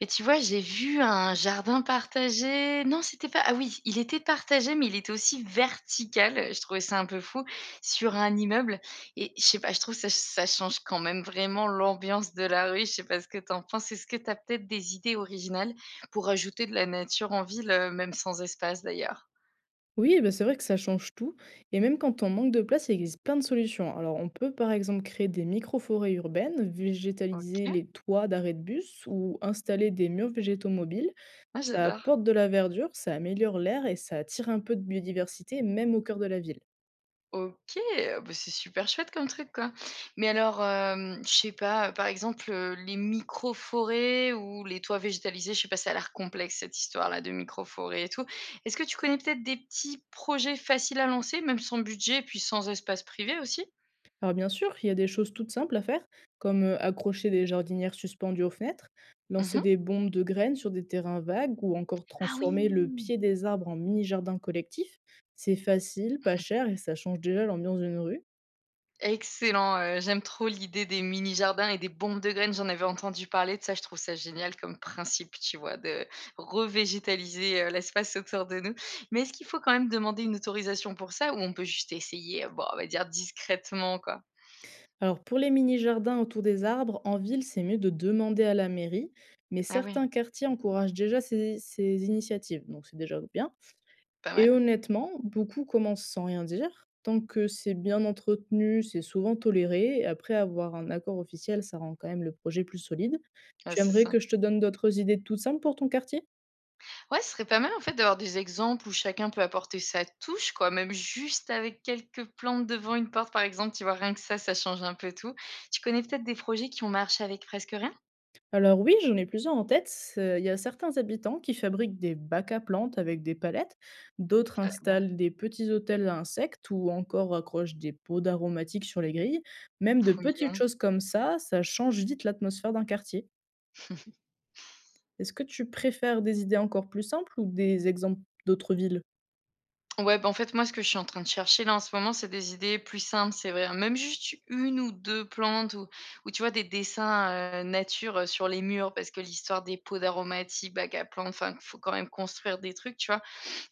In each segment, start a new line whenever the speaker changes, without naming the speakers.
Et tu vois, j'ai vu un jardin partagé. Non, c'était pas ah oui, il était partagé, mais il était aussi vertical, je trouvais ça un peu fou, sur un immeuble et je sais pas, je trouve que ça change quand même vraiment l'ambiance de la rue. Je sais pas ce que tu en penses? Est-ce que t'as peut-être des idées originales pour ajouter de la nature en ville, même sans espace d'ailleurs?
Oui, bah, c'est vrai que ça change tout. Et même quand on manque de place, il existe plein de solutions. Alors, on peut par exemple créer des micro-forêts urbaines, végétaliser
OK.
les toits d'arrêt de bus ou installer des murs végétaux mobiles.
Ah,
Ça
j'adore.
apporte de la verdure, ça améliore l'air et ça attire un peu de biodiversité, même au cœur de la ville.
OK, bah, c'est super chouette comme truc, quoi. Mais alors, je sais pas, par exemple, les forêts ou les toits végétalisés, je sais pas, ça a l'air complexe cette histoire-là de micro forêts et tout. Est-ce que tu connais peut-être des petits projets faciles à lancer, même sans budget, puis sans espace privé aussi?
Alors bien sûr, il y a des choses toutes simples à faire, comme accrocher des jardinières suspendues aux fenêtres, lancer
Mmh.
des bombes de graines sur des terrains vagues ou encore
Ah oui!
transformer le pied des arbres en mini-jardin collectif. C'est facile, pas cher et ça change déjà l'ambiance d'une rue.
Excellent, j'aime trop l'idée des mini jardins et des bombes de graines. J'en avais entendu parler de ça, je trouve ça génial comme principe, tu vois? De revégétaliser, l'espace autour de nous. Mais est-ce qu'il faut quand même demander une autorisation pour ça ou on peut juste essayer, bon, on va dire discrètement, quoi?
Alors pour les mini-jardins autour des arbres, en ville, c'est mieux de demander à la mairie, mais
Ah oui,
certains quartiers encouragent déjà ces initiatives, donc c'est déjà bien.
pas
Et
mal.
honnêtement, beaucoup commencent sans rien dire. Tant que c'est bien entretenu, c'est souvent toléré. Et après avoir un accord officiel, ça rend quand même le projet plus solide.
Ouais,
Tu
c'est
aimerais
ça.
que je te donne d'autres idées toutes simples pour ton quartier?
Ouais, ce serait pas mal en fait d'avoir des exemples où chacun peut apporter sa touche, quoi, même juste avec quelques plantes devant une porte, par exemple, tu vois? Rien que ça change un peu tout. Tu connais peut-être des projets qui ont marché avec presque rien?
Alors oui, j'en ai plusieurs en tête. Il y a certains habitants qui fabriquent des bacs à plantes avec des palettes, d'autres
Bon,
installent des petits hôtels à insectes ou encore accrochent des pots d'aromatiques sur les grilles. Même de
trop
petites
mignon.
choses comme ça change vite l'atmosphère d'un quartier. Est-ce que tu préfères des idées encore plus simples ou des exemples d'autres villes?
Ouais, bah, en fait, moi, ce que je suis en train de chercher là en ce moment, c'est des idées plus simples, c'est vrai, hein. Même juste une ou 2 plantes ou tu vois des dessins, nature, sur les murs parce que l'histoire des pots d'aromatiques, bacs à plantes, enfin, faut quand même construire des trucs, tu vois?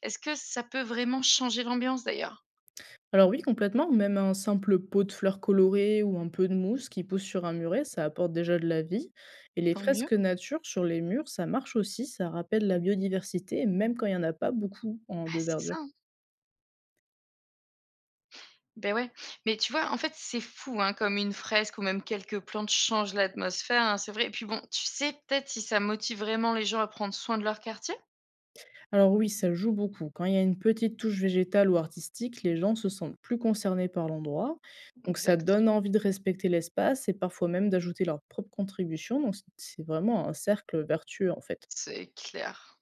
Est-ce que ça peut vraiment changer l'ambiance d'ailleurs?
Alors oui, complètement, même un simple pot de fleurs colorées ou un peu de mousse qui pousse sur un muret, ça apporte déjà de la vie. Et les
Tant mieux.
fresques nature sur les murs, ça marche aussi, ça rappelle la biodiversité, même quand il n'y en a pas beaucoup en,
Ah,
de
c'est
verdure.
ça, hein. Beh, ouais. Mais tu vois, en fait, c'est fou, hein, comme une fresque ou même quelques plantes changent l'atmosphère, hein, c'est vrai. Et puis bon, tu sais peut-être si ça motive vraiment les gens à prendre soin de leur quartier?
Alors oui, ça joue beaucoup. Quand il y a une petite touche végétale ou artistique, les gens se sentent plus concernés par l'endroit. Donc ça
Exact,
donne envie de respecter l'espace et parfois même d'ajouter leur propre contribution. Donc c'est vraiment un cercle vertueux en fait.
c'est clair.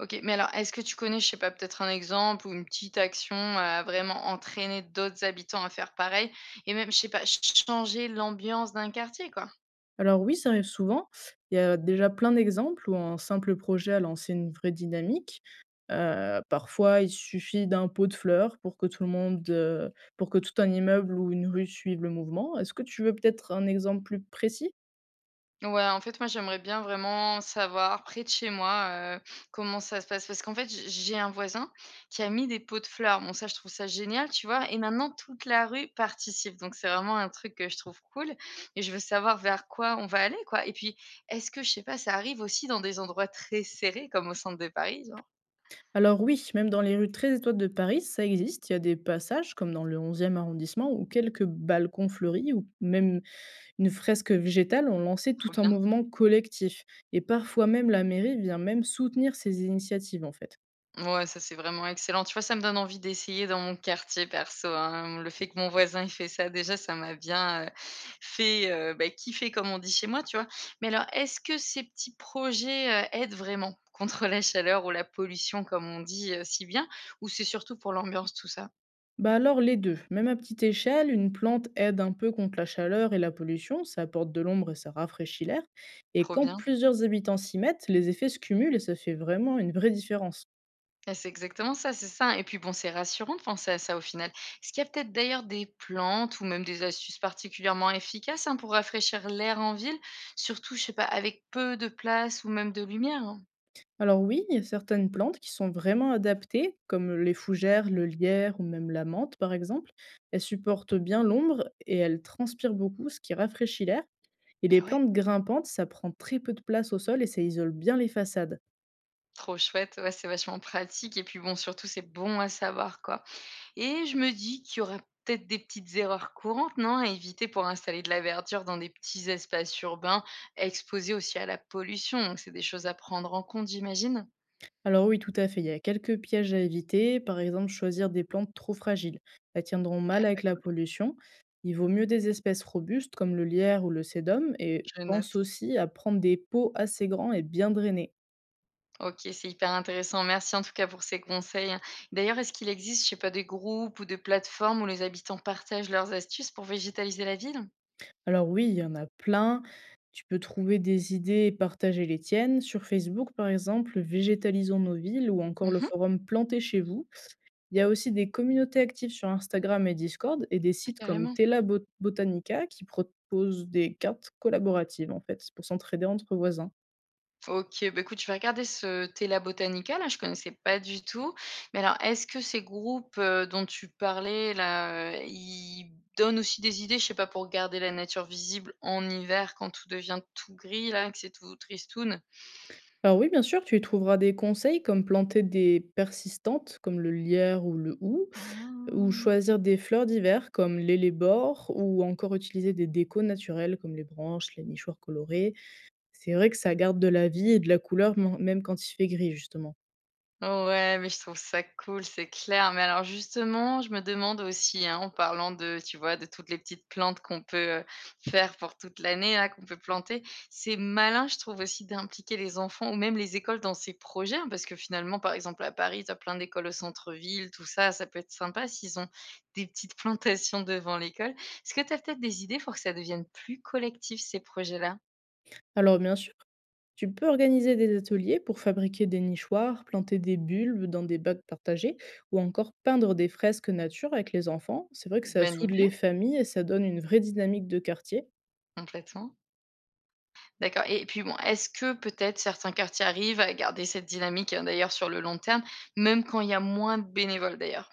OK, mais alors est-ce que tu connais, je sais pas, peut-être un exemple ou une petite action à vraiment entraîner d'autres habitants à faire pareil? Et même, je sais pas, ch changer l'ambiance d'un quartier, quoi?
Alors oui, ça arrive souvent. Il y a déjà plein d'exemples où un simple projet a lancé une vraie dynamique. Parfois, il suffit d'un pot de fleurs pour que tout le monde, pour que tout un immeuble ou une rue suive le mouvement. Est-ce que tu veux peut-être un exemple plus précis?
Ouais, en fait, moi, j'aimerais bien vraiment savoir près de chez moi, comment ça se passe. Parce qu'en fait, j'ai un voisin qui a mis des pots de fleurs. Bon ça, je trouve ça génial, tu vois? Et maintenant toute la rue participe, donc c'est vraiment un truc que je trouve cool et je veux savoir vers quoi on va aller, quoi. Et puis, est-ce que, je sais pas, ça arrive aussi dans des endroits très serrés comme au centre de Paris, genre?
Alors oui, même dans les rues très étroites de Paris, ça existe. Il y a des passages, comme dans le 11e arrondissement, où quelques balcons fleuris ou même une fresque végétale ont lancé tout
Trop
un
bien.
mouvement collectif et parfois même la mairie vient même soutenir ces initiatives, en fait.
Ouais, ça, c'est vraiment excellent. Tu vois, ça me donne envie d'essayer dans mon quartier perso, hein. Le fait que mon voisin il fait ça, déjà, ça m'a bien, fait, bah, kiffer comme on dit chez moi, tu vois? Mais alors, est-ce que ces petits projets, aident vraiment contre la chaleur ou la pollution comme on dit, si bien? Ou c'est surtout pour l'ambiance tout ça?
Bah alors les 2. Même à petite échelle, une plante aide un peu contre la chaleur et la pollution, ça apporte de l'ombre et ça rafraîchit l'air. Et
Trop
quand
bien.
plusieurs habitants s'y mettent, les effets se cumulent et ça fait vraiment une vraie différence.
Et c'est exactement ça, c'est ça et puis bon, c'est rassurant de penser à ça au final. Est-ce qu'il y a peut-être d'ailleurs des plantes ou même des astuces particulièrement efficaces, hein, pour rafraîchir l'air en ville? Surtout, je sais pas, avec peu de place ou même de lumière, hein?
Alors oui, il y a certaines plantes qui sont vraiment adaptées, comme les fougères, le lierre ou même la menthe par exemple. Elles supportent bien l'ombre et elles transpirent beaucoup, ce qui rafraîchit l'air. Et les
Bah ouais.
plantes grimpantes, ça prend très peu de place au sol et ça isole bien les façades.
Trop chouette, ouais, c'est vachement pratique et puis bon, surtout, c'est bon à savoir, quoi, et je me dis qu'il y aura peut-être des petites erreurs courantes, non, à éviter pour installer de la verdure dans des petits espaces urbains exposés aussi à la pollution? Donc c'est des choses à prendre en compte, j'imagine?
Alors oui, tout à fait. Il y a quelques pièges à éviter. Par exemple, choisir des plantes trop fragiles. Elles tiendront mal
Ah bah,
avec la
écoute,
pollution. Il vaut mieux des espèces robustes comme le lierre ou le sédum. Et
je
pense
note.
aussi à prendre des pots assez grands et bien drainés.
OK, c'est hyper intéressant. Merci en tout cas pour ces conseils, hein. D'ailleurs, est-ce qu'il existe, je sais pas, des groupes ou des plateformes où les habitants partagent leurs astuces pour végétaliser la ville?
Alors oui, il y en a plein. Tu peux trouver des idées et partager les tiennes. Sur Facebook, par exemple, Végétalisons nos villes ou encore
Mmh
le
mh.
forum Plantez chez vous. Il y a aussi des communautés actives sur Instagram et Discord et des
Ouais,
sites comme
carrément.
Botanica qui proposent des cartes collaboratives en fait pour s'entraider entre voisins.
OK, bah, écoute, je vais regarder ce Tela Botanica là, je connaissais pas du tout. Mais alors, est-ce que ces groupes, dont tu parlais là, ils donnent aussi des idées, je sais pas, pour garder la nature visible en hiver quand tout devient tout gris là, que c'est tout tristoun?
Alors oui, bien sûr, tu y trouveras des conseils comme planter des persistantes comme le lierre ou le hou,
Ah!
ou choisir des fleurs d'hiver comme l'élébore, ou encore utiliser des décos naturels comme les branches, les nichoirs colorés. C'est vrai que ça garde de la vie et de la couleur même quand il fait gris justement.
Ouais, mais je trouve ça cool, c'est clair. Mais alors justement, je me demande aussi, hein, en parlant de, tu vois, de toutes les petites plantes qu'on peut faire pour toute l'année, là, qu'on peut planter, c'est malin, je trouve aussi, d'impliquer les enfants ou même les écoles dans ces projets, hein, parce que finalement, par exemple, à Paris, tu as plein d'écoles au centre-ville, tout ça, ça peut être sympa s'ils ont des petites plantations devant l'école. Est-ce que tu as peut-être des idées pour que ça devienne plus collectif, ces projets-là?
Alors bien sûr, tu peux organiser des ateliers pour fabriquer des nichoirs, planter des bulbes dans des bacs partagés ou encore peindre des fresques nature avec les enfants. C'est vrai que ça
Bonne
soude les
idée,
familles et ça donne une vraie dynamique de quartier.
complètement. D'accord et puis bon, est-ce que peut-être certains quartiers arrivent à garder cette dynamique, d'ailleurs sur le long terme, même quand il y a moins de bénévoles d'ailleurs?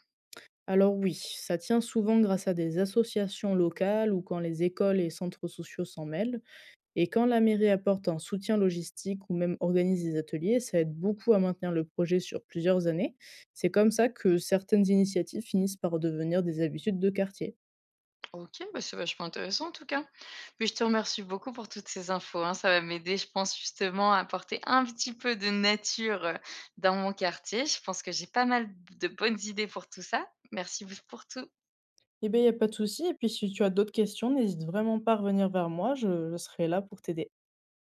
Alors oui, ça tient souvent grâce à des associations locales ou quand les écoles et centres sociaux s'en mêlent. Et quand la mairie apporte un soutien logistique ou même organise des ateliers, ça aide beaucoup à maintenir le projet sur plusieurs années. C'est comme ça que certaines initiatives finissent par devenir des habitudes de quartier.
OK, bah, c'est vachement intéressant en tout cas. Mais je te remercie beaucoup pour toutes ces infos, hein, ça va m'aider je pense justement à apporter un petit peu de nature, dans mon quartier. Je pense que j'ai pas mal de bonnes idées pour tout ça. Merci b pour tout.
Eh beh, il y a pas de souci et puis si tu as d'autres questions, n'hésite vraiment pas à revenir vers moi, je serai là pour t'aider.